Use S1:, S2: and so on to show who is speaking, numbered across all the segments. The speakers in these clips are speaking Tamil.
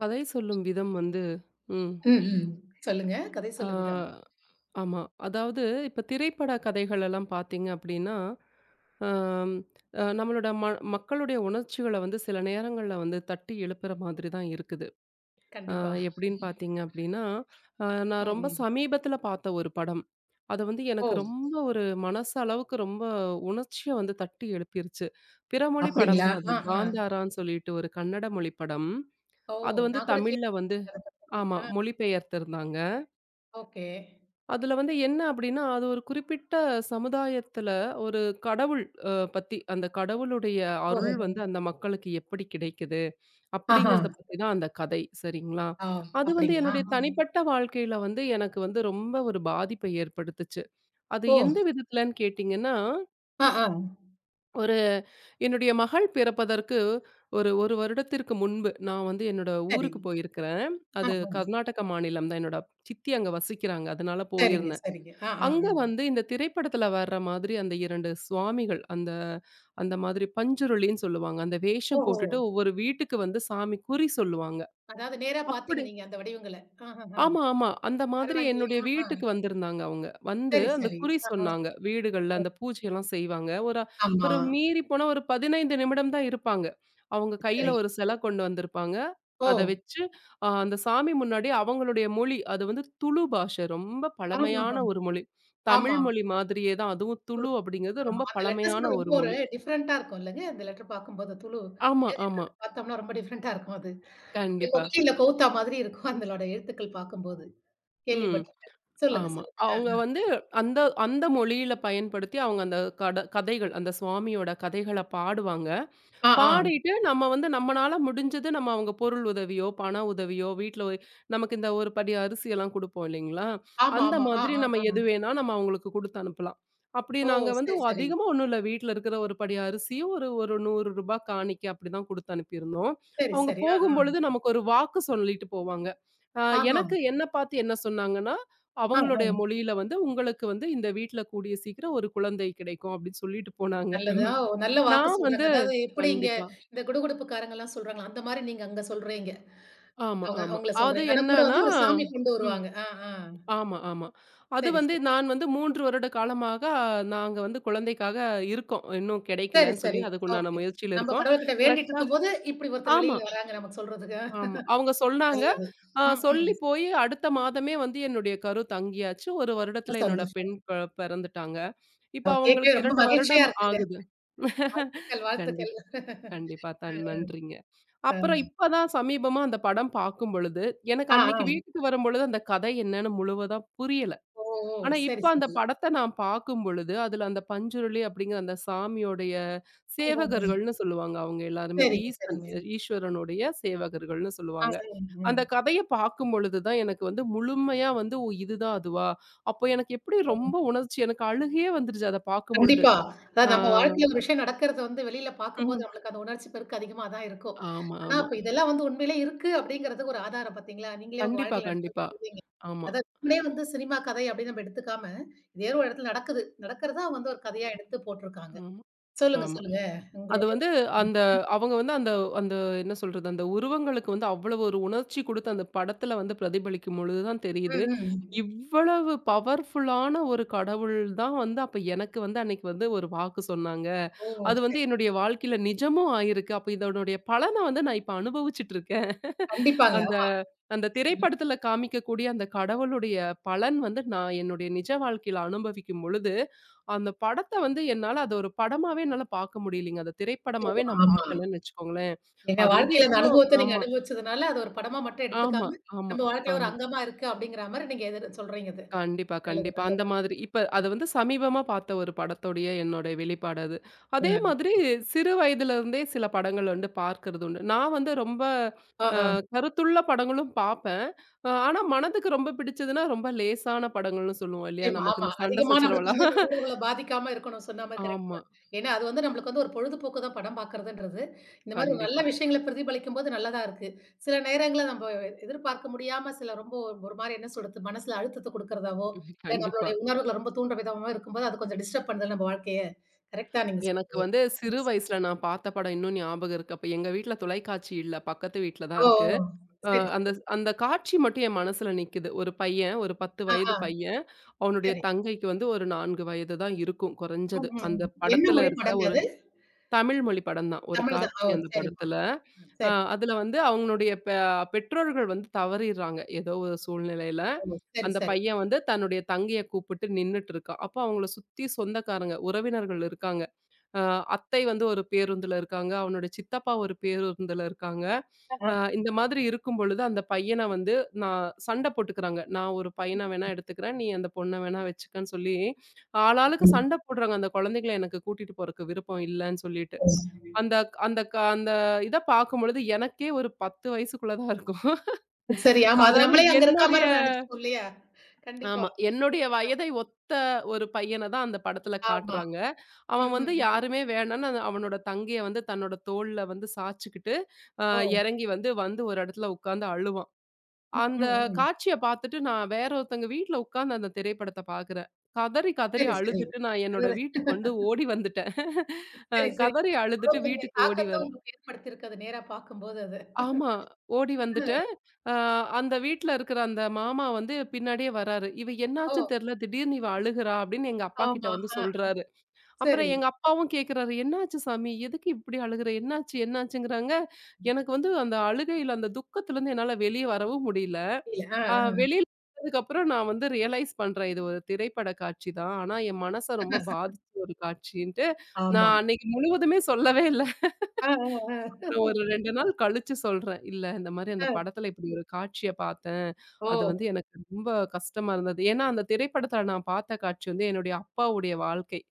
S1: கதை சொல்லும் விதம் வந்து ம்.
S2: ம், ம். சொல்லுங்க. கதை
S1: ஆ
S2: சொல்லும் விதம்.
S1: ஆமா. அதாவது இப்ப திரைப்பட கதைகள் எல்லாம் பார்த்தீங்க அப்படின்னா, அம் அ நம்மளோட மக்களுடைய உணர்ச்சிகள வந்து சில நேரங்கள்ல வந்து தட்டி எழுப்புற மாதிரி தான் இருக்குது. அ
S2: கண்டிப்பா.
S1: எப்படின்னு பார்த்தீங்க அப்படின்னா,
S2: ம்,
S1: நான் ரொம்ப
S2: ம்.
S1: சமீபத்தில பார்த்த ஒரு படம். அது வந்து
S2: ஓ!
S1: எனக்கு ரொம்ப ஒரு மனசளவுக்கு ரொம்ப உணர்ச்சிய வந்து தட்டி எழுப்பிருச்சு. பிற மொழி படம்
S2: அப்டிங்களா?
S1: தான் அது.
S2: ஆ, ஆ.
S1: காந்தாரான்னு சொல்லிட்டு ஒரு கன்னட மொழி படம்.
S2: ஓ!
S1: அது வந்து
S2: நான் கூட
S1: தமிழ்ல வந்து
S2: கேள்விப்பட்டேன் அத பத்தி.
S1: ஆமா,
S2: ஆ,
S1: மொழிபெயர்த்திருந்தாங்க.
S2: ஓகே.
S1: அதுல வந்து என்ன அப்டின்னா, அது ஒரு குறிப்பிட்ட சமுதாயத்துல ஒரு கடவுள் பத்தி, அந்த கடவுளுடைய அருள்
S2: ஓஹோஹோ!
S1: வந்து அந்த மக்களுக்கு எப்படி கிடைக்குது?
S2: ஆஹா!
S1: அப்டிங்கிறத பத்தி தான் அந்த கதை. சரிங்களா?
S2: ஆ
S1: அது வந்து
S2: அப்டிங்களா?
S1: என்னுடைய
S2: ம்.
S1: தனிப்பட்ட வாழ்க்கையில வந்து எனக்கு வந்து ரொம்ப ஒரு பாதிப்பை ஏற்படுத்துச்சு. அது
S2: ஓ!
S1: எந்த விதத்துலன்னு கேட்டீங்கன்னா
S2: ஆ, ஆ.
S1: ஒரு என்னுடைய மகள் பிறப்பதற்கு ஒரு 1 வருடத்திற்கு முன்பு நான் வந்து என்னோட
S2: சரி.
S1: ஊருக்கு போயிருக்கிறேன்.
S2: ஆ,
S1: அது
S2: ஆ.
S1: கர்நாடக மாநிலம் தான். என்னோட சித்தி அங்க வசிக்கிறாங்க. அதனால
S2: சரிங்க,
S1: போயிருந்தேன்.
S2: சரிங்க. ஆ, ஆ,
S1: அங்க
S2: ஆ.
S1: வந்து இந்த திரைப்படத்துல வர்ற மாதிரி அந்த 2 சுவாமிகள் அந்த அந்த மாதிரி பஞ்சுருளின்னு சொல்லுவாங்க. அந்த வேஷம்
S2: ஓஹோ!
S1: போட்டுட்டு ஒவ்வொரு வீட்டுக்கு வந்து சாமி குறி சொல்லுவாங்க.
S2: அதாவது நேரா பார்த்தீங்க
S1: அப்படி
S2: நீங்க அந்த வடிவங்கள. ஆஹஹா!
S1: ஆமா, ஆமா, அந்த மாதிரி
S2: பரவாயில்லையே!
S1: என்னுடைய
S2: ஆ, ஆ.
S1: வீட்டுக்கு வந்திருந்தாங்க அவங்க. வந்து
S2: சரி,
S1: அந்த
S2: சரி.
S1: குறி
S2: ஆ, ஆ.
S1: சொன்னாங்க. வீடுகள்ல
S2: ஓ!
S1: அந்த பூஜையெல்லாம் செய்வாங்க. ஒரு
S2: ஆமா.
S1: ஒரு மீறி போனா ஒரு 15 நிமிடம் தான் இருப்பாங்க. அவங்க கையில
S2: சரி.
S1: ஒரு சிலை கொண்டு வந்திருப்பாங்க.
S2: ஓ!
S1: அத வச்சு அந்த சாமி முன்னாடி அவங்களுடைய மொழி, அது வந்து துளு பாஷை. ரொம்ப பழமையான
S2: ஆஹஹா!
S1: ஒரு மொழி. தமிழ்
S2: ஆமா.
S1: மொழி மாதிரியே தான். அதுவும் துளு அப்படிங்கிறது
S2: ஆமா.
S1: ரொம்ப
S2: அந்த லெட்டர்ஸ்
S1: பழமையான
S2: கூட ரொம்ப
S1: ஒரு
S2: ஒரு
S1: மொழி.
S2: டிஃபரெண்ட்டா இருக்கும் இல்லங்க? அந்த லெட்டர் பார்க்கும்போது துளு
S1: ஆமா, ஆமா.
S2: எழுதியிருக்கிறத பார்த்தோம்னா ரொம்ப டிஃபரெண்ட்டா இருக்கும் அது. அப்படியே
S1: கண்டிப்பா.
S2: கொக்கியில கவுத்தா மாதிரி இருக்கும் அதனோட எழுத்துக்கள் பார்க்கும்போது.
S1: ம்.
S2: கேள்விப்பட்டுருக்கேன். சொல்லுங்க,
S1: ஆமா.
S2: சொல்லுங்க.
S1: அவங்க
S2: அ.
S1: வந்து அந்த அந்த மொழியில பயன்படுத்தி அவங்க அந்த கதைகள் அந்த சுவாமியோட கதைகள பாடுவாங்க.
S2: ஆ, ஆ.
S1: பாடிட்டு நம்ம வந்து நம்மனால முடிஞ்சது நம்ம அவங்க பொருள் உதவியோ, பண உதவியோ, வீட்ல ஒ நமக்கு இந்த ஒரு படி அரிசி எல்லாம் குடுப்போம் இல்லைங்களா?
S2: ஆமா,
S1: அந்த
S2: ஆமா. ஆ,
S1: மாதிரி
S2: ஆ,
S1: நம்ம
S2: ஆ.
S1: எது வேணா நம்ம அவங்களுக்கு குடுத்து அனுப்பலாம். அப்படி
S2: ஓ!
S1: நாங்க வந்து
S2: சரி, சரி.
S1: அதிகமா ஒண்ணும் இல்ல. வீட்ல இருக்கிற ஒரு படி அரிசியும் ஒரு ஒரு ரூ. 100 காணிக்கை அப்படிதான் குடுத்து அனுப்பியிருந்தோம்.
S2: சரி,
S1: அவங்க
S2: சரி. ஆ, ஆ.
S1: போகும்பொழுது நமக்கு ஒரு வாக்கு சொல்லிட்டு போவாங்க. அ
S2: ஆஹா.
S1: எனக்கு என்ன பார்த்து என்ன சொன்னாங்கன்னா,
S2: ஆ,
S1: அவங்களுடைய
S2: ஆ.
S1: மொழியில வந்து உங்களுக்கு வந்து இந்த வீட்ல கூடிய சீக்கிரம் ஒரு குழந்தை கிடைக்கும் அப்படின்னு சொல்லிட்டு போனாங்க.
S2: நல்லது. ஆ ஓ! நல்ல வாக்கு
S1: நான்
S2: சொல்றாங்க.
S1: வந்து
S2: அதாவது எப்படி இங்க
S1: கண்டிப்பா.
S2: இந்த குடுகுடுப்புக்காரங்கலாம் சொல்றாங்களோ, அந்த மாரி நீங்க அங்க சொல்றீங்க.
S1: ஆமா,
S2: அவங்க
S1: ஆமா.
S2: அவங்கள
S1: அது
S2: சொல்றீங்க. ஆனா கூட
S1: என்னன்னா
S2: வந்து ஒரு சாமி கொண்டு
S1: ம்.
S2: வருவாங்க. ஆ, ஆ.
S1: ஆமா, ஆமா. அது
S2: சரி,
S1: வந்து
S2: சரி.
S1: நான் வந்து 3 வருட காலமாக நாங்க வந்து குழந்தைக்காக இருக்கோம். இன்னும்
S2: சரி,
S1: கிடைக்கலன்னு சொல்லி
S2: சரி.
S1: அதுக்குண்டான
S2: ஓகே.
S1: முயற்சியில
S2: நம்ம
S1: இருக்கோம்.
S2: கடவுள்கிட்ட வேண்டிட்டு
S1: கரெக்ட்டா
S2: இருக்கும்போது, இப்டி ஒருத்தர்
S1: ஆமா,
S2: வெளில வராங்க நமக்கு சொல்றதுக்கு.
S1: ஆமா, அவங்க சொன்னாங்க.
S2: நல்லது. ம்,
S1: சொல்லி
S2: ம்.
S1: போய் அடுத்த மாதமே வந்து என்னுடைய கரு தங்கியாச்சு. 1
S2: ரொம்ப
S1: வருடத்துல என்னோட பெண்
S2: சந்தோஷம்.
S1: பிறந்துட்டாங்க. இப்ப
S2: அ கேட்கவே
S1: அவங்களுக்கு
S2: ரொம்ப
S1: 2
S2: மகிழ்ச்சியா
S1: வருடம்
S2: இருக்குங்க.
S1: ஆகுது.
S2: வாழ்த்துக்கள், வாழ்த்துக்கள்.
S1: கண்டிப்பா. கண்டிப்பா. தன் நன்றிங்க.
S2: அ, ஆ.
S1: அப்புறம் இப்பதான் சமீபமா அந்த படம் பார்க்கும் பொழுது, எனக்கு
S2: ஆ,
S1: அன்னைக்கு
S2: ஆ.
S1: வீட்டுக்கு வரும்பொழுது அந்த கதை என்னன்னு முழுவதா புரியல.
S2: ஓ! ஓ!
S1: ஆனா
S2: சரி,
S1: இப்ப அந்த
S2: சரி.
S1: படத்த நான் பார்க்கும் பொழுது, அதுல அந்த பஞ்சுருளி அப்படிங்கிற அந்த சாமியோடைய
S2: ஓஹோஹோ!
S1: சேவகர்கள்னு சொல்லுவாங்க அவங்க எல்லாருமே.
S2: சரிங்க, சரிங்க.
S1: ஈஸ்வரனுடைய சேவகர்கள்னு
S2: ஆ, ஆ,
S1: சொல்லுவாங்க.
S2: ம்.
S1: அந்த கதைய பார்க்கும் பொழுது தான் எனக்கு வந்து முழுமையா வந்து ஓ, இதுதான் அதுவா? அப்போ எனக்கு எப்படி ரொம்ப உணர்ச்சி எனக்கு அழுகையே வந்துருச்சு அத பார்க்கும் பொழுது.
S2: கண்டிப்பா. அதாவது
S1: ஆ.
S2: நம்ம வாழ்க்கையில ஒரு விஷயம் நடக்கிறத வந்து வெளியில பார்க்கும்போது
S1: ம்.
S2: நம்மளுக்கு அந்த உணர்ச்சி பெருக்கு அதிகமா தான் இருக்கும்.
S1: ஆமா,
S2: ஆனா,
S1: ஆமா.
S2: அப்ப இதெல்லாம் வந்து உண்மையிலே இருக்கு அப்படிங்கிறதுக்கு ஒரு ஆதாரம் பார்த்தீங்களா? நீங்களே உங்க
S1: கண்டிப்பா,
S2: வாழ்க்கையில நடந்தத
S1: கண்டிப்பா.
S2: சொல்றீங்க.
S1: ஆமா,
S2: அதான் உண்மையிலே வந்து சினிமா கதை அப்படின்னு நம்ம எடுத்துக்காம, இது ஏதோ ஒரு இடத்துல நடக்குது. நடக்கிறதா வந்து ஒரு கதையா எடுத்து போட்டுருக்காங்க.
S1: ஆமா,
S2: சொல்லுங்க,
S1: ஆமா.
S2: சொல்லுங்க.
S1: அது
S2: உங்களுடைய
S1: வந்து அந்த அவங்க வந்து அந்த அந்த என்ன சொல்றது, அந்த உருவங்களுக்கு வந்து அவ்வளவு ஒரு உணர்ச்சி குடுத்து அந்த படத்துல வந்து பிரதிபலிக்கும் பொழுது தான் தெரியுது.
S2: ம், ம்.
S1: இவ்வளவு பவர்ஃபுல்லான ஒரு கடவுள் தான் வந்து அப்ப எனக்கு வந்து அன்னைக்கு வந்து ஒரு வாக்கு சொன்னாங்க.
S2: ஓ!
S1: அது
S2: சரி.
S1: வந்து என்னுடைய வாழ்க்கையில நிஜமும் ஆயிருக்கு. அப்ப இதனுடைய பலன வந்து நான் இப்ப அனுபவிச்சுட்டு இருக்கேன்.
S2: கண்டிப்பாங்க.
S1: அந்த அந்த திரைப்படத்துல காமிக்கக்கூடிய அந்த கடவுளுடைய பலன் வந்து நான் என்னுடைய நிஜ வாழ்க்கையில அனுபவிக்கும் பொழுது, அந்த படத்த வந்து என்னால அத ஒரு படமாவே என்னால பார்க்க முடியலைங்க. அத திரைப்படமாவே
S2: நிச்சயமா.
S1: நான்
S2: ஆமா.
S1: பார்க்கலன்னு வச்சுக்கோங்களேன்.
S2: ஏன்னா
S1: அது வந்து
S2: வாழ்க்கையில அந்த
S1: இவ்ளோ
S2: அனுபவத்த நீங்க
S1: ஆமா,
S2: அனுபவிச்சதுனால, அது ஒரு படமா மட்டும்
S1: ஆமா,
S2: எடுத்துக்காம,
S1: ஆமா,
S2: நம்ம வாழ்க்கையில ஒரு
S1: ஆமா.
S2: அங்கமா இருக்கு அப்படிங்கிற மாரி நீங்க எதிர் சொல்றீங்க இது.
S1: கண்டிப்பா,
S2: நல்லது,
S1: கண்டிப்பா. அந்த
S2: நல்லது.
S1: மாதிரி இப்ப அது வந்து சமீபமா பார்த்த ஒரு படத்துடைய என்னோட வெளிப்பாடு அது. அதே மாதிரி சிறு வயதில இருந்தே சில படங்கள் வந்து பார்க்கிறது உண்டு. நான் வந்து ரொம்ப
S2: அ, அ.
S1: கருத்துள்ள படங்களும் பார்ப்பேன். ஆனா மனதுக்கு ரொம்ப பிடிச்சதுன்னா, ரொம்ப லேசான படங்கள்னு சொல்லுவோம் இல்லையா?
S2: நிச்சயமா.
S1: நமக்கு
S2: ஆமா.
S1: இந்த சண்டை
S2: அதிகமா நம்மளுக்கு
S1: சச்சரவெல்லாம்
S2: வந்து அந்த உணர்வுகள பாதிக்காம இருக்கணும். சொன்ன மாரி கரெக்ட்
S1: ஆமா.
S2: தான். ஏன்னா, அது வந்து நம்மளுக்கு வந்து ஒரு பொழுதுபோக்கு தான் படம் பார்க்கறதுன்றது. இந்த மாரி நல்ல
S1: கண்டிப்பா.
S2: விஷயங்கள பிரதிபலிக்கும்போது நல்லதா இருக்கு. சில நேரங்கள்ல நம்ம எதிர்பார்க்க முடியாம சில ரொம்ப ஒரு மாரி என்ன சொல்றது, மனசுல அழுத்தத்த குடுக்கறதாவோ,
S1: ம்.
S2: இல்ல
S1: கண்டிப்பா.
S2: நம்மளுடைய உணர்வுகள ரொம்ப தூண்டுற விதமா இருக்கும்போது, அது கொஞ்சம் டிஸ்டர்ப் பண்ணுதுல்ல நம்ம வாழ்க்கைய. கரெக்ட் தான் நீங்க
S1: எனக்கு
S2: சொல்றது.
S1: வந்து சிறு
S2: ம்.
S1: வயசுல நான் பார்த்த படம் இன்னும் ஞாபகம் இருக்கு. அப்ப எங்க வீட்ல தொலைக்காட்சி இல்ல. பக்கத்து வீட்ல தான்
S2: ஓ!
S1: இருக்கு.
S2: ஓ!
S1: அ
S2: சரி,
S1: அந்த
S2: சரி.
S1: அந்த காட்சி மட்டும் என் மனசுல நிக்குது. ஒரு பையன், ஒரு 10
S2: ஆ,
S1: வயது
S2: ஆ.
S1: பையன், அவனுடைய
S2: சரி.
S1: தங்கைக்கு வந்து ஒரு 4 வயது தான் இருக்கும்
S2: ம்,
S1: குறைஞ்சது.
S2: ம்,
S1: அந்த
S2: ம். என்ன
S1: படத்துல
S2: மொழி
S1: இருக்கிற
S2: படங்க
S1: ஒரு
S2: அது?
S1: தமிழ் மொழி படம் தான். ஒரு
S2: தமிழ் தான்.
S1: காட்சி
S2: ஓ!
S1: அந்த
S2: சரிம்மா.
S1: படத்துல.
S2: சரி.
S1: அதுல வந்து அவங்களுடைய பெற்றோர்கள் வந்து தவறிர்றாங்க. ஏதோ ஒரு சூழ்நிலையில.
S2: ஓ! சரி,
S1: அந்த
S2: சரி.
S1: பையன் வந்து தன்னுடைய தங்கைய கூப்பிட்டு நின்னுட்டு இருக்கான். அப்போ அவங்கள சுத்தி சொந்தக்காரங்க, உறவினர்கள் இருக்காங்க. அ அத்தை வந்து ஒரு பேருந்துல இருக்காங்க. அவனுடைய சித்தப்பா ஒரு பேருந்துல இருக்காங்க.
S2: ஆ, ஆ.
S1: இந்த மாதிரி இருக்கும் பொழுது அந்த பையன வந்து நான் சண்டை போட்டுக்கிறாங்க. நான் ஒரு பையன வேணா எடுத்துக்கிறேன். நீ அந்த பொண்ண வேணா வச்சுக்கன்னு சொல்லி ஆளாளுக்கு சண்டை போடுறாங்க. அந்த குழந்தைகள எனக்கு கூட்டிட்டு போறக்கு விருப்பம் இல்லன்னு சொல்லிட்டு.
S2: ம்.
S1: அந்த அந்த க அந்த இத பார்க்கும்பொழுது எனக்கே ஒரு 10 வயசுக்குள்ள தான் இருக்கும்.
S2: சரி. ஆமா. அது
S1: அதாவது
S2: நம்மளே அங்க இருக்கா
S1: என்னுடைய
S2: மாரி நம்ம நெனச்சுப்போம் இல்லையா? கண்டிப்பா.
S1: ஆமா, என்னுடைய வயதை ஒத்த ஒரு பையன தான் அந்த படத்துல
S2: ஆமா.
S1: காட்டுறாங்க. அவன்
S2: ம்,
S1: வந்து
S2: ம், ம்.
S1: யாருமே வேணான்னு அவனோட தங்கைய வந்து தன்னோட தோள்ல வந்து சாய்ச்சுக்கிட்டு, அ
S2: ஓ!
S1: இறங்கி வந்து வந்து ஒரு இடத்துல உட்கார்ந்து அழுவான்.
S2: ம்,
S1: அந்த
S2: ம், ம்.
S1: காட்சிய பார்த்துட்டு நான் வேற ஒருத்தவங்க வீட்ல உட்கார்ந்து அந்த திரைப்படத்த பார்க்குறேன். கதறி கதறி
S2: சரி, சரி.
S1: அழுதுட்டு நான் என்னோட
S2: அதுவேற.
S1: வீட்டுக்கு வந்து ஓடி வந்துட்டேன்.
S2: சரி, சரி.
S1: கதறி
S2: இவ்ளோ
S1: அழுதுட்டு
S2: பெரிய
S1: வீட்டுக்கு ஓடி
S2: தாக்கத்த உங்களுக்கு ஏற்படுத்தியிருக்கு அது நேரா பார்க்கும்போது அது.
S1: ஆமா, ஓடி வந்துட்டேன்.
S2: ம்.
S1: அ அந்த வீட்ல இருக்கிற அந்த மாமா வந்து பின்னாடியே வராரு. "இவ
S2: ஓ!
S1: என்னாச்சுன்னு தெர்ல, திடீர்னு இவ அழுகுறா" அப்படின்னு எங்க அப்பா கிட்ட
S2: ஆமா.
S1: வந்து
S2: ஆ.
S1: சொல்றாரு. அப்புறம்
S2: சரி.
S1: எங்க அப்பாவும் கேட்குறாரு, "என்னாச்சு சாமி? எதுக்கு இப்படி அழுகுற? என்னாச்சு? என்னாச்சுங்கிறாங்க?" எனக்கு வந்து அந்த அழுகையில, அந்த துக்கத்துலருந்து என்னால வெளிய வரவும் முடியல.
S2: இல்ல. ஆ,
S1: அ
S2: ஆ.
S1: வெளியில வந்ததுக்கப்புறம் நான் வந்து ரியலைஸ் பண்றேன், இது ஒரு திரைப்பட காட்சி தான். ஆனா என் மனச ரொம்ப பாதிச்ச ஒரு காட்சின்ட்டு,
S2: ஆமா.
S1: நான் அன்னைக்கு முழுவதுமே சொல்லவே இல்ல.
S2: ஆ, ஆ,
S1: நான்
S2: ஆ.
S1: ஒரு 2 நாள் கழிச்சு சொல்றேன். இல்ல இந்த மாரி அந்த
S2: ஆ.
S1: படத்துல இப்படி ஒரு காட்சிய பார்த்தேன்.
S2: ஓ!
S1: அது வந்து எனக்கு ரொம்ப கஷ்டமா இருந்தது. ஏன்னா, அந்த திரைப்படத்துல நான் பார்த்த காட்சி வந்து என்னுடைய அப்பாவுடைய வாழ்க்கை.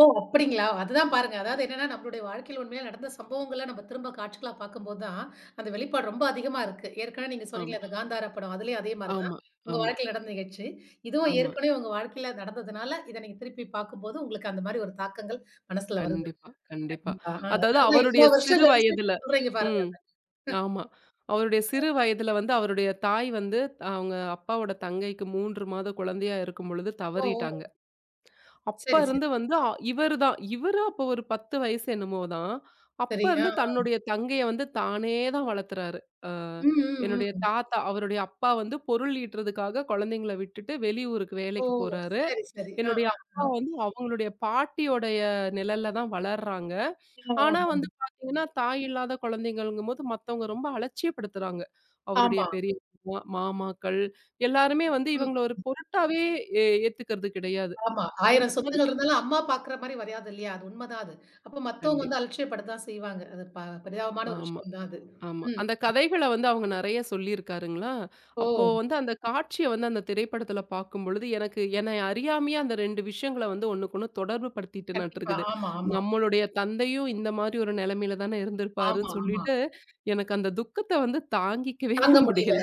S2: ஓ! அப்படிங்களா? அதுதான் பாருங்க. அதாவது என்னன்னா, நம்மளுடைய வாழ்க்கையில உண்மையில நடந்த சம்பவங்கள நம்ம திரும்ப காட்சிகளா பார்க்கும்போது தான், அந்த வெளிப்பாடு ரொம்ப அதிகமா இருக்கு. ஏற்கனவே நீங்க
S1: ஆமா,
S2: சொன்னீங்களே அந்த காந்தாரா படம். அதுலயும் அதே மாரி தான்.
S1: ஆமா,
S2: உங்க
S1: ஆமா,
S2: வாழ்க்கையில நடந்த நிகழ்ச்சி. இதுவும்
S1: ஆமா.
S2: ஏற்கனவே உங்க வாழ்க்கையில நடந்ததுனால, இத நீங்க திருப்பி பார்க்கும்போது, உங்களுக்கு அந்த மாரி ஒரு தாக்கங்கள் மனசுல வருது.
S1: கண்டிப்பா, கண்டிப்பா.
S2: கண்டிப்பா. ஆ
S1: அதாவது
S2: அதனால தான்
S1: அவருடைய
S2: இவ்ளோ வருஷம்
S1: சிறு
S2: கழிச்சு இப்ப
S1: வயதுல
S2: சொல்றீங்க பாருங்க.
S1: ம். ஆமா. அவருடைய சிறு வயதுல வந்து அவருடைய தாய் வந்து அவங்க அப்பாவோட தங்கைக்கு 3 மாத குழந்தையா இருக்கும் பொழுது
S2: ஓ! ஓ!
S1: தவறிட்டாங்க. அப்ப
S2: சரி, சரி.
S1: இருந்து வந்து இவரு தான். இவரு அப்ப ஒரு 10 வயசு என்னமோ தான். அப்ப
S2: சரி. ஆ.
S1: இருந்து தன்னுடைய தங்கைய வந்து தானே தான் வளர்த்துறாரு. அ
S2: ம், ம்,
S1: என்னுடைய
S2: ம்.
S1: தாத்தா, அவருடைய அப்பா வந்து பொருள் ஈட்டுறதுக்காக குழந்தைங்கள விட்டுட்டு வெளியூருக்கு
S2: ஓ!
S1: வேலைக்கு போறாரு.
S2: சரி, சரி. ஆ,
S1: என்னுடைய
S2: ஆ, ஆ.
S1: அப்பா வந்து அவங்களுடைய பாட்டியோடைய நிழல்ல தான் வளர்றாங்க.
S2: ஆ, ஆ,
S1: ஆனா வந்து
S2: ஆ.
S1: பார்த்தீங்கன்னா, தாய் இல்லாத குழந்தைங்கங்கும்போது மத்தவங்க ரொம்ப அலட்சியப்படுத்துறாங்க. அவருடைய
S2: ஆமா.
S1: பெரிய மாமாக்கள் எல்லாருமே வந்து இவங்கள ஒரு பொருட்டாவே ஏத்துக்கிறது கிடையாது.
S2: ஆமா.
S1: அந்த
S2: 1000
S1: மாதிரி
S2: சொந்தங்கள் இருந்தாலும் அம்மா பாக்குற மாரி வராது இல்லையா? அது உண்மதான் அது. அப்ப மத்தவங்க வந்து
S1: கண்டிப்பா.
S2: அலட்சியப்பட தான் செய்வாங்க. அது ப பரிதாபமான ஒரு
S1: ஆமா,
S2: விஷயம் தான் அது.
S1: ஆமா.
S2: ம்.
S1: அந்த கதைகள வந்து அவங்க நெறைய சொல்லியிருக்காருங்களா?
S2: ஓ!
S1: அப்போ வந்து அந்த காட்சிய வந்து அந்த திரைப்படத்துல பார்க்கும்பொழுது, எனக்கு என்னை அறியாமயே அந்த 2 விஷயங்கள வந்து ஒண்ணுக்கொண்ணு தொடர்பு
S2: கண்டிப்பா.
S1: படுத்திட்டனாட்டுருக்குது.
S2: ஆமா, ஆமா.
S1: நம்மளுடைய தந்தையும் இந்த மாரி ஒரு நிலைமையில தானே
S2: ஆமா,
S1: இருந்திருப்பாருன்னு
S2: ஆமா.
S1: சொல்லிட்டு, எனக்கு அந்த துக்கத்த வந்து தாங்கிக்கவே
S2: தாங்க முடியல.
S1: முடியல.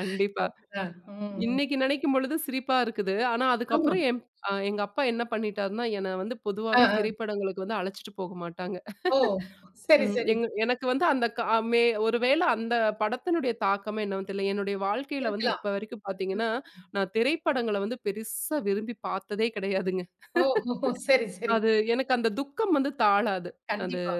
S1: கண்டிப்பா.
S2: அ, ம், ம்.
S1: இன்னைக்கு நினைக்கும் பொழுது சிரிப்பா இருக்குது. ஆனா
S2: ஆமா.
S1: அதுக்கப்புறம் என் அ எங்க அப்பா என்ன பண்ணிட்டாருன்னா, என்ன வந்து
S2: அ,
S1: பொதுவாவே
S2: அ.
S1: திரைப்படங்களுக்கு வந்து அழைச்சிட்டு போக மாட்டாங்க.
S2: ஓ! சரி,
S1: ம்.
S2: சரி.
S1: எங்க எனக்கு வந்து அந்த கா மே ஒருவேள அந்த படத்தினுடைய தாக்கமே என்னன்னு தெரியல. என்னுடைய வாழ்க்கையில வந்து
S2: இருக்கலாம்.
S1: இப்ப வரைக்கும் பார்த்தீங்கன்னா, நான் திரைப்படங்கள வந்து பெருசா விரும்பி பார்த்ததே கிடையாதுங்க.
S2: ஓ! ஓ, சரி, சரி.
S1: அது எனக்கு அந்த துக்கம் வந்து தாழாது. அது
S2: கண்டிப்பா.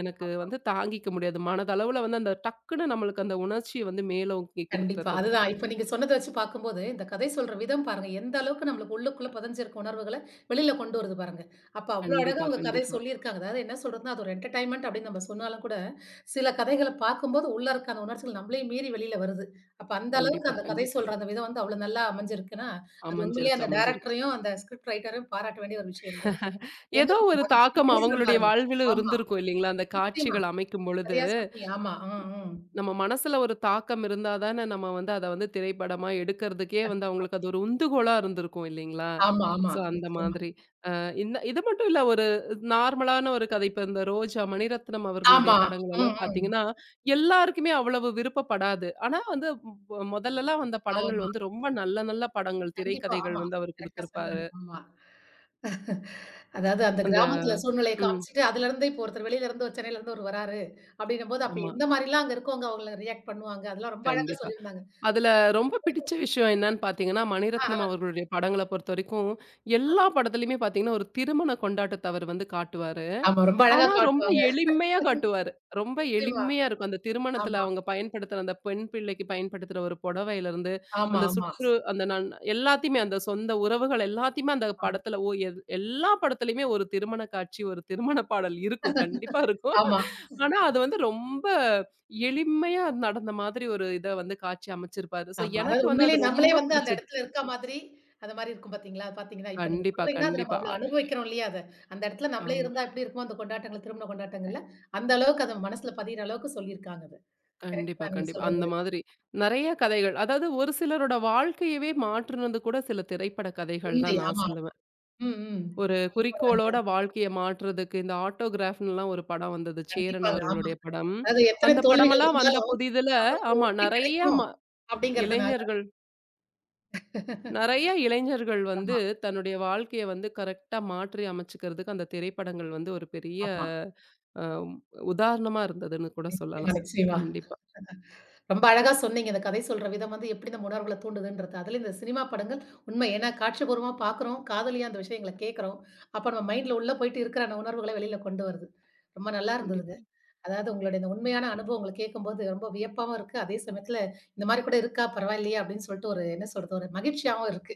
S1: எனக்கு வந்து தாங்கிக்க முடியாது. மனதளவுல வந்து அந்த டக்குன்னு நம்மளுக்கு அந்த உணர்ச்சிய வந்து மேலோங்கி
S2: கண்டிப்பா.
S1: குடுத்துர்றது.
S2: அதுதான். இப்ப நீங்க சொன்னத வச்சு பார்க்கும்போது, இந்த கதை சொல்ற விதம் பாருங்க. எந்த அளவுக்கு நம்மளுக்கு உள்ளுக்குள்ள புதஞ்சிருக்க உணர்வுகள வெளியில கொண்டு வருது பாருங்க. அப்ப அவ்ளோ அழகா
S1: கண்டிப்பா,
S2: உங்க கதை
S1: கண்டிப்பா.
S2: சொல்லியிருக்காங்க. அதாவது என்ன சொல்றதுன்னா, அது ஒரு என்டர்டெயின்மென்ட் அப்படின்னு நம்ம சொன்னாலும் கூட, சில கதைகள பார்க்கும்போது உள்ள இருக்க அந்த உணர்ச்சிகள் நம்மளையும் மீறி வெளியில வருது. அப்ப அந்த அளவுக்கு
S1: கண்டிப்பா,
S2: அந்த கதை
S1: கண்டிப்பா.
S2: சொல்ற அந்த விதம் வந்து அவ்வளோ நல்லா அமைஞ்சிருக்குன்னா, அது உண்மையிலேயே
S1: அமைஞ்சிருக்கு,
S2: அந்த
S1: அமைஞ்சிருக்கு.
S2: டைரக்டரையும், அந்த ஸ்கிரிப்ட் ரைட்டரையும் பாராட்ட வேண்டிய ஒரு விஷயம் தான். ஏன்னா
S1: ஏதோ
S2: இப்ப
S1: ஒரு
S2: நம்ம அத பத்தி
S1: தாக்கம்
S2: பேசுறோம்
S1: அவங்களுடைய
S2: பாருங்க.
S1: வாழ்விலும்
S2: ஆமா.
S1: இருந்திருக்கும் இல்லைங்களா? அந்த
S2: நிச்சயமா.
S1: காட்சிகள் அமைக்கும் பொழுது.
S2: சரியா சொன்னீங்க. ஆமா. ம், ம்.
S1: நம்ம மனசுல ஒரு தாக்கம் இருந்தா தானே நம்ம வந்து அத வந்து திரைப்படமா எடுக்கறதுக்கே வந்து
S2: கண்டிப்பா.
S1: அவங்களுக்கு அது ஒரு உந்துகோலா இருந்திருக்கும் இல்லைங்களா?
S2: ஆமா, ஆமா.
S1: ஸோ அந்த
S2: நிச்சயமா.
S1: மாதிரி. இந்த இது மட்டும் இல்ல ஒரு நார்மலான ஒரு கதை. இப்ப இந்த ரோஜா, மணிரத்னம் அவர்களுடைய
S2: ஆமா.
S1: படங்கள்
S2: ம்,
S1: எல்லாம்
S2: ம்.
S1: பார்த்தீங்கன்னா, எல்லாருக்குமே அவ்வளவு விருப்பப்படாது. ஆனா வந்து மொதல்லலாம் வந்த படங்கள்
S2: ஆமா.
S1: வந்து ரொம்ப நல்ல நல்ல படங்கள்,
S2: கண்டிப்பா.
S1: திரைக்கதைகள்
S2: ஆமா.
S1: வந்து அவர்
S2: கரெக்ட்டா
S1: குடுத்திருப்பாரு.
S2: சொன்னீங்க. ஆமா. அதாவது அந்த
S1: அந்த
S2: கிராமத்துல சூழ்நிலைய
S1: ம்.
S2: காமிச்சுட்டு, அதுலருந்து இப்போ ஒருத்தர் வெளியிலருந்து சென்னையிலருந்து ஒரு சென்னையில இருந்து ஒரு வராரு அப்படின்னும்போது, அப்ப
S1: ஆமா.
S2: எந்த மாரிலாம் அங்க இருக்கவங்க அவங்கள ரியாக்ட் பண்ணுவாங்க. அதெல்லாம் ரொம்ப அழகா
S1: கண்டிப்பா.
S2: சொல்லியிருந்தாங்க.
S1: அதுல ரொம்ப பிடிச்ச விஷயம் என்னன்னு பார்த்தீங்கன்னா,
S2: ஆ,
S1: மணிரத்னம்
S2: ஆ.
S1: அவர்களுடைய படங்கள பொறுத்தவரைக்கும், எல்லா படத்துலயுமே பார்த்தீங்கன்னா, ஒரு திருமண கொண்டாட்டத்த அவர் வந்து காட்டுவாரு.
S2: ஆமா. ரொம்ப அழகா
S1: ஆனா ரொம்ப
S2: காட்டுவாங்க.
S1: எளிமையா காட்டுவாரு. ரொம்ப
S2: நிச்சயமா.
S1: எளிமையா இருக்கும். அந்த திருமணத்துல
S2: ஆமா.
S1: அவங்க பயன்படுத்துற அந்த பெண் பிள்ளைக்கு பயன்படுத்துற ஒரு புடவையிலருந்து,
S2: ஆமா,
S1: அந்த
S2: ஆமா.
S1: சுற்று அந்த நன் எல்லாத்தையுமே அந்த சொந்த உறவுகள் எல்லாத்தையுமே அந்த
S2: ஆமா.
S1: படத்துல ஓ எல் எல்லா படத்துலயுமே ஒரு திருமண காட்சி, ஒரு திருமண பாடல் இருக்கும். கண்டிப்பா இருக்கும்.
S2: ஆமா.
S1: ஆனா அது வந்து ரொம்ப எளிமையா நடந்த மாதிரி ஒரு இத வந்து காட்சி அமைச்சிருப்பாரு. ஸோ
S2: ஆமா.
S1: எனக்கு
S2: அதாவது
S1: வந்து அது
S2: உண்மையிலேயே நம்மளே
S1: ரொம்ப
S2: வந்து அந்த
S1: பிடிச்சது.
S2: இடத்துல இருக்க மாதிரி, அந்த மாரி இருக்கும் பார்த்தீங்களா? பார்த்தீங்கன்னா, இப்ப நீங்க
S1: கண்டிப்பா,
S2: சொல்றீங்கன்னா, அது
S1: கண்டிப்பா.
S2: நம்ம அவ்வளோ அனுபவிக்கிறோம் இல்லையா? அத. அந்த இடத்துல நம்மளே
S1: ஆமா.
S2: இருந்தா எப்படி இருக்குமோ அந்த கொண்டாட்டங்கள், திருமண கொண்டாட்டங்கள்ல, அந்த அளவுக்கு அத மனசுல பதியிற அளவுக்கு சொல்லியிருக்காங்க அத. கரெக்ட்
S1: கண்டிப்பா,
S2: தான் நீங்க
S1: கண்டிப்பா. அந்த
S2: சொல்றது.
S1: மாதிரி நெறைய கதைகள். அதாவது ஒரு சிலரோட வாழ்க்கையவே மாற்றுனது கூட சில திரைப்பட கதைகள்
S2: உண்மை.
S1: தான் நான்
S2: ஆமா.
S1: சொல்லுவேன்.
S2: ம், ம்.
S1: ஒரு
S2: உண்மதாங்க.
S1: குறிக்கோளோட வாழ்க்கைய மாற்றுறதுக்கு இந்த ஆட்டோகிராஃப்ன்லாம் ஒரு படம் வந்தது. சேரன்
S2: கண்டிப்பாங்க. ஆமா.
S1: அவர்களுடைய படம்.
S2: அதாவது எத்தனை
S1: அந்த
S2: தோல்விகள்
S1: படமெல்லாம் வந்த
S2: இருந்தாலும்,
S1: புதிதுல
S2: நமக்கு ஒரு
S1: ஆமா
S2: வெற்றி
S1: நெறைய
S2: கிடைக்கும்
S1: ம
S2: அப்படிங்கிறதுனால.
S1: இளைஞர்கள் நெறைய இளைஞர்கள் வந்து
S2: ஆமா,
S1: தன்னுடைய வாழ்க்கைய வந்து கரெக்ட்டா மாற்றி அமைச்சுக்கிறதுக்கு அந்த திரைப்படங்கள் வந்து ஒரு பெரிய
S2: ஆமா.
S1: அ உதாரணமா இருந்ததுன்னு கூட
S2: நிச்சயமா,
S1: சொல்லலாம்.
S2: நிச்சயமா.
S1: கண்டிப்பா,
S2: ரொம்ப அழகா சொன்னீங்க. இந்த கதை சொல்ற விதம் வந்து எப்படி நம்ம உணர்வுகள தூண்டுதுன்றது. அதுலயும் இந்த சினிமா படங்கள் உண்மை. ஏன்னா காட்சிபூர்வமா பார்க்குறோம். காதலியா அந்த விஷயங்கள கேட்கிறோம். அப்ப நம்ம மைண்ட்ல உள்ள போயிட்டு இருக்கிற அந்த உணர்வுகள வெளியில கொண்டு வருது. ரொம்ப நல்லா இருந்ததுங்க.
S1: கண்டிப்பா.
S2: அதாவது உங்களுடைய இந்த உண்மையான அனுபவங்கள கேட்கும்போது ரொம்ப வியப்பாவும் இருக்கு. அதே சமயத்துல இந்த மாரி கூட இருக்கா? பரவாயில்லையே! அப்படின்னு சொல்லிட்டு ஒரு என்ன சொல்றது? ஒரு மகிழ்ச்சியாவும் இருக்கு.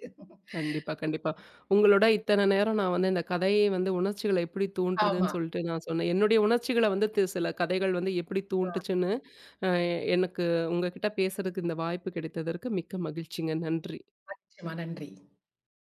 S1: கண்டிப்பா, கண்டிப்பா. உங்களோட இத்தன நேரம் நான் வந்து இந்த கதையை வந்து உணர்ச்சிகள எப்படி
S2: ஆமா.
S1: தூண்டுறதுன்னு சொல்லிட்டு நான் சொன்னேன். என்னுடைய உணர்ச்சிகள வந்து சில கதைகள் வந்து எப்படி தூண்டுச்சுன்னு, அ எனக்கு உங்ககிட்ட பேசுறதுக்கு இந்த வாய்ப்பு கிடைத்ததற்கு மிக்க மகிழ்ச்சிங்க. நன்றி.
S2: நிச்சயமா. நன்றி.